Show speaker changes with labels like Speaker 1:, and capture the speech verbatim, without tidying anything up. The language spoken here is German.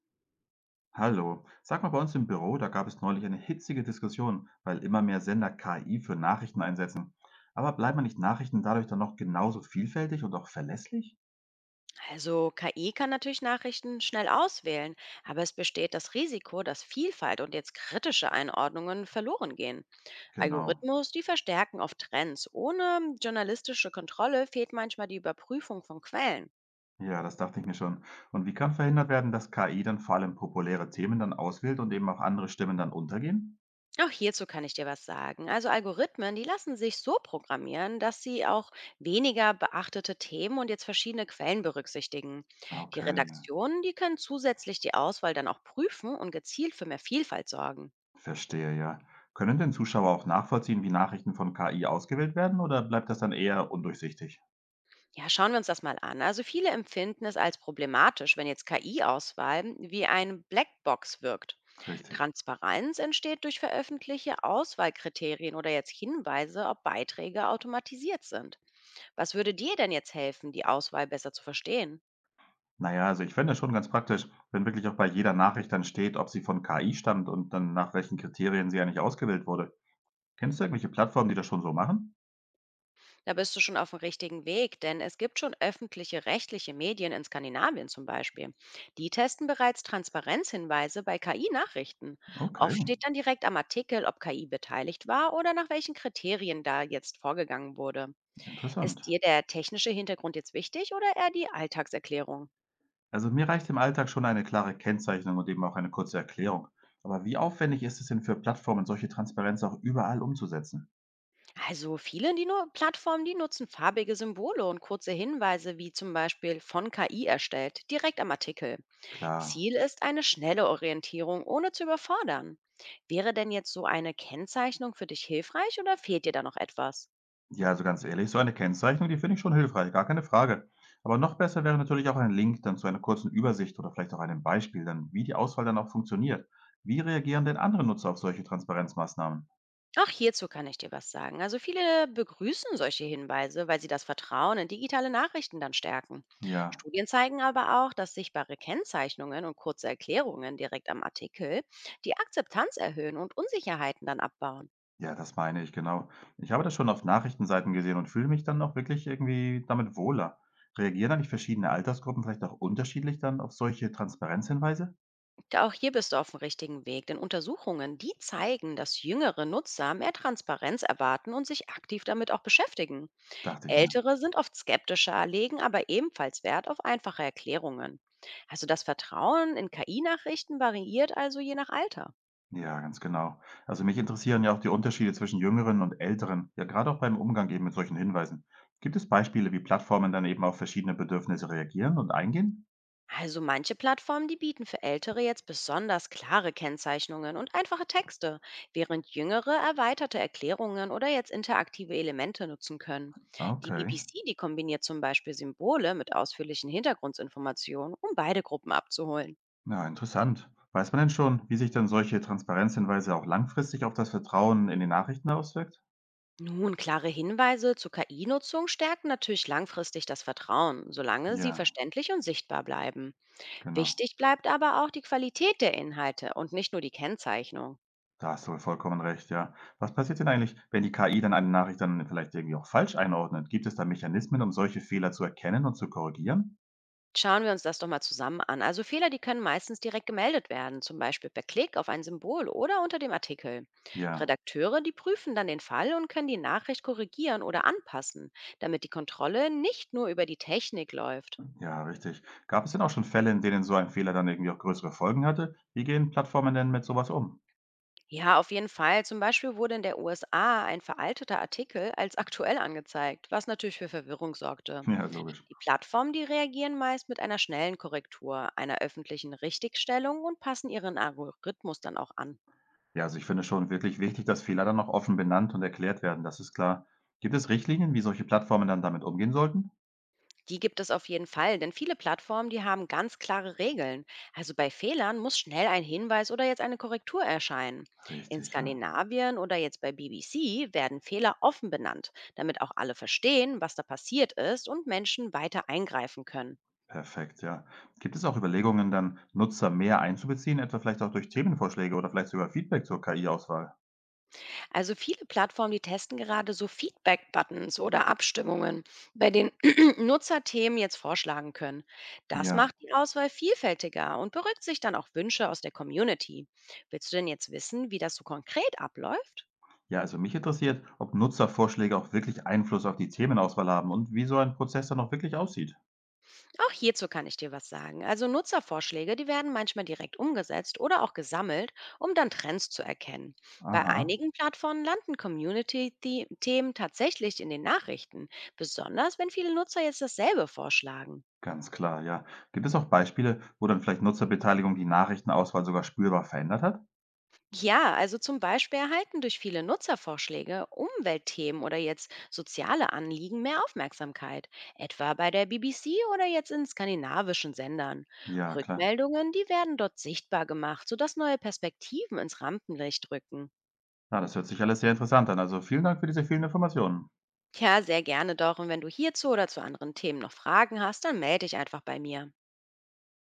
Speaker 1: Hallo, sag mal, bei uns im Büro, da gab es neulich eine hitzige Diskussion, weil immer mehr Sender K I für Nachrichten einsetzen. Aber bleiben nicht Nachrichten dadurch dann noch genauso vielfältig und auch verlässlich?
Speaker 2: Also K I kann natürlich Nachrichten schnell auswählen, aber es besteht das Risiko, dass Vielfalt und jetzt kritische Einordnungen verloren gehen.
Speaker 1: Genau.
Speaker 2: Algorithmus, die verstärken oft Trends. Ohne journalistische Kontrolle fehlt manchmal die Überprüfung von Quellen.
Speaker 1: Ja, das dachte ich mir schon. Und wie kann verhindert werden, dass K I dann vor allem populäre Themen dann auswählt und eben auch andere Stimmen dann untergehen?
Speaker 2: Auch hierzu kann ich dir was sagen. Also Algorithmen, die lassen sich so programmieren, dass sie auch weniger beachtete Themen und jetzt verschiedene Quellen berücksichtigen.
Speaker 1: Ah,
Speaker 2: Die
Speaker 1: okay,
Speaker 2: Redaktionen, die können zusätzlich die Auswahl dann auch prüfen und gezielt für mehr Vielfalt sorgen.
Speaker 1: verstehe, ja. Können denn Zuschauer auch nachvollziehen, wie Nachrichten von K I ausgewählt werden, oder bleibt das dann eher undurchsichtig?
Speaker 2: Ja, schauen wir uns das mal an. Also viele empfinden es als problematisch, wenn jetzt K I-Auswahl wie eine Blackbox wirkt.
Speaker 1: Richtig.
Speaker 2: Transparenz entsteht durch veröffentlichte Auswahlkriterien oder jetzt Hinweise, ob Beiträge automatisiert sind. Was würde dir denn jetzt helfen, die Auswahl besser zu verstehen?
Speaker 1: Na ja, also ich fände das schon ganz praktisch, wenn wirklich auch bei jeder Nachricht dann steht, ob sie von K I stammt und dann nach welchen Kriterien sie eigentlich ausgewählt wurde. Kennst du irgendwelche Plattformen, die das schon so machen?
Speaker 2: Da bist du schon auf dem richtigen Weg, denn es gibt schon öffentliche rechtliche Medien in Skandinavien zum Beispiel. Die testen bereits Transparenzhinweise bei K I-Nachrichten. Oft
Speaker 1: Okay,
Speaker 2: steht dann direkt am Artikel, ob K I beteiligt war oder nach welchen Kriterien da jetzt vorgegangen wurde.
Speaker 1: interessant.
Speaker 2: Ist dir der technische Hintergrund jetzt wichtig oder eher die Alltagserklärung?
Speaker 1: Also mir reicht im Alltag schon eine klare Kennzeichnung und eben auch eine kurze Erklärung. Aber wie aufwendig ist es denn für Plattformen, solche Transparenz auch überall umzusetzen?
Speaker 2: Also viele die nur Plattformen, die nutzen farbige Symbole und kurze Hinweise wie zum Beispiel von K I erstellt, direkt am Artikel.
Speaker 1: Klar.
Speaker 2: Ziel ist eine schnelle Orientierung, ohne zu überfordern. Wäre denn jetzt so eine Kennzeichnung für dich hilfreich oder fehlt dir da noch etwas?
Speaker 1: Ja, also ganz ehrlich, so eine Kennzeichnung, die finde ich schon hilfreich, gar keine Frage. Aber noch besser wäre natürlich auch ein Link dann zu einer kurzen Übersicht oder vielleicht auch einem Beispiel, dann wie die Auswahl dann auch funktioniert. Wie reagieren denn andere Nutzer auf solche Transparenzmaßnahmen?
Speaker 2: Auch hierzu kann ich dir was sagen. Also viele begrüßen solche Hinweise, weil sie das Vertrauen in digitale Nachrichten dann stärken.
Speaker 1: Ja,
Speaker 2: Studien zeigen aber auch, dass sichtbare Kennzeichnungen und kurze Erklärungen direkt am Artikel die Akzeptanz erhöhen und Unsicherheiten dann abbauen.
Speaker 1: ja, das meine ich, genau. Ich habe das schon auf Nachrichtenseiten gesehen und fühle mich dann auch wirklich irgendwie damit wohler. Reagieren eigentlich verschiedene Altersgruppen vielleicht auch unterschiedlich dann auf solche Transparenzhinweise?
Speaker 2: Da auch hier bist du auf dem richtigen Weg, denn Untersuchungen, die zeigen, dass jüngere Nutzer mehr Transparenz erwarten und sich aktiv damit auch beschäftigen.
Speaker 1: Dachte ich mir.
Speaker 2: Ältere sind oft skeptischer, legen aber ebenfalls Wert auf einfache Erklärungen. Also das Vertrauen in K I-Nachrichten variiert also je nach Alter.
Speaker 1: Ja, ganz genau. Also mich interessieren ja auch die Unterschiede zwischen Jüngeren und Älteren, ja gerade auch beim Umgang eben mit solchen Hinweisen. Gibt es Beispiele, wie Plattformen dann eben auf verschiedene Bedürfnisse reagieren und eingehen?
Speaker 2: Also manche Plattformen, die bieten für Ältere jetzt besonders klare Kennzeichnungen und einfache Texte, während Jüngere erweiterte Erklärungen oder jetzt interaktive Elemente nutzen können.
Speaker 1: Ah,
Speaker 2: Die
Speaker 1: okay,
Speaker 2: B B C, die kombiniert zum Beispiel Symbole mit ausführlichen Hintergrundinformationen, um beide Gruppen abzuholen.
Speaker 1: ja, interessant. Weiß man denn schon, wie sich dann solche Transparenzhinweise auch langfristig auf das Vertrauen in die Nachrichten auswirkt?
Speaker 2: Nun, klare Hinweise zur K I-Nutzung stärken natürlich langfristig das Vertrauen, solange
Speaker 1: Ja,
Speaker 2: sie verständlich und sichtbar bleiben.
Speaker 1: genau.
Speaker 2: Wichtig bleibt aber auch die Qualität der Inhalte und nicht nur die Kennzeichnung.
Speaker 1: Da hast du vollkommen recht, ja. Was passiert denn eigentlich, wenn die K I dann eine Nachricht dann vielleicht irgendwie auch falsch einordnet? Gibt es da Mechanismen, um solche Fehler zu erkennen und zu korrigieren?
Speaker 2: Schauen wir uns das doch mal zusammen an. Also Fehler, die können meistens direkt gemeldet werden, zum Beispiel per Klick auf ein Symbol oder unter dem Artikel.
Speaker 1: Ja.
Speaker 2: Redakteure, die prüfen dann den Fall und können die Nachricht korrigieren oder anpassen, damit die Kontrolle nicht nur über die Technik läuft.
Speaker 1: Ja, richtig. Gab es denn auch schon Fälle, in denen so ein Fehler dann irgendwie auch größere Folgen hatte? Wie gehen Plattformen denn mit sowas um?
Speaker 2: Ja, auf jeden Fall. Zum Beispiel wurde in der U S A ein veralteter Artikel als aktuell angezeigt, was natürlich für Verwirrung sorgte.
Speaker 1: Ja, logisch.
Speaker 2: Die Plattformen, die reagieren meist mit einer schnellen Korrektur, einer öffentlichen Richtigstellung und passen ihren Algorithmus dann auch an.
Speaker 1: Ja, also ich finde schon wirklich wichtig, dass Fehler dann auch offen benannt und erklärt werden, das ist klar. Gibt es Richtlinien, wie solche Plattformen dann damit umgehen sollten?
Speaker 2: Die gibt es auf jeden Fall, denn viele Plattformen, die haben ganz klare Regeln. Also bei Fehlern muss schnell ein Hinweis oder jetzt eine Korrektur erscheinen. In
Speaker 1: Richtig, ja.
Speaker 2: Skandinavien oder jetzt bei B B C werden Fehler offen benannt, damit auch alle verstehen, was da passiert ist und Menschen weiter eingreifen können.
Speaker 1: Perfekt, ja. Gibt es auch Überlegungen, dann Nutzer mehr einzubeziehen, etwa vielleicht auch durch Themenvorschläge oder vielleicht sogar Feedback zur K I-Auswahl?
Speaker 2: Also viele Plattformen, die testen gerade so Feedback-Buttons oder Abstimmungen, bei denen Nutzer Themen jetzt vorschlagen können. Das
Speaker 1: Ja.
Speaker 2: macht die Auswahl vielfältiger und berücksichtigt dann auch Wünsche aus der Community. Willst du denn jetzt wissen, wie das so konkret abläuft?
Speaker 1: Ja, also mich interessiert, ob Nutzervorschläge auch wirklich Einfluss auf die Themenauswahl haben und wie so ein Prozess dann auch wirklich aussieht.
Speaker 2: Auch hierzu kann ich dir was sagen. Also Nutzervorschläge, die werden manchmal direkt umgesetzt oder auch gesammelt, um dann Trends zu erkennen. Bei
Speaker 1: Aha.
Speaker 2: einigen Plattformen landen Community-Themen tatsächlich in den Nachrichten, besonders wenn viele Nutzer jetzt dasselbe vorschlagen.
Speaker 1: Ganz klar, ja. Gibt es auch Beispiele, wo dann vielleicht Nutzerbeteiligung die Nachrichtenauswahl sogar spürbar verändert hat?
Speaker 2: Ja, also zum Beispiel erhalten durch viele Nutzervorschläge Umweltthemen oder jetzt soziale Anliegen mehr Aufmerksamkeit, etwa bei der B B C oder jetzt in skandinavischen Sendern.
Speaker 1: Ja, klar.
Speaker 2: Rückmeldungen, die werden dort sichtbar gemacht, sodass neue Perspektiven ins Rampenlicht rücken.
Speaker 1: Ja, das hört sich alles sehr interessant an. Also vielen Dank für diese vielen Informationen.
Speaker 2: Ja, sehr gerne doch. Und wenn du hierzu oder zu anderen Themen noch Fragen hast, dann melde dich einfach bei mir.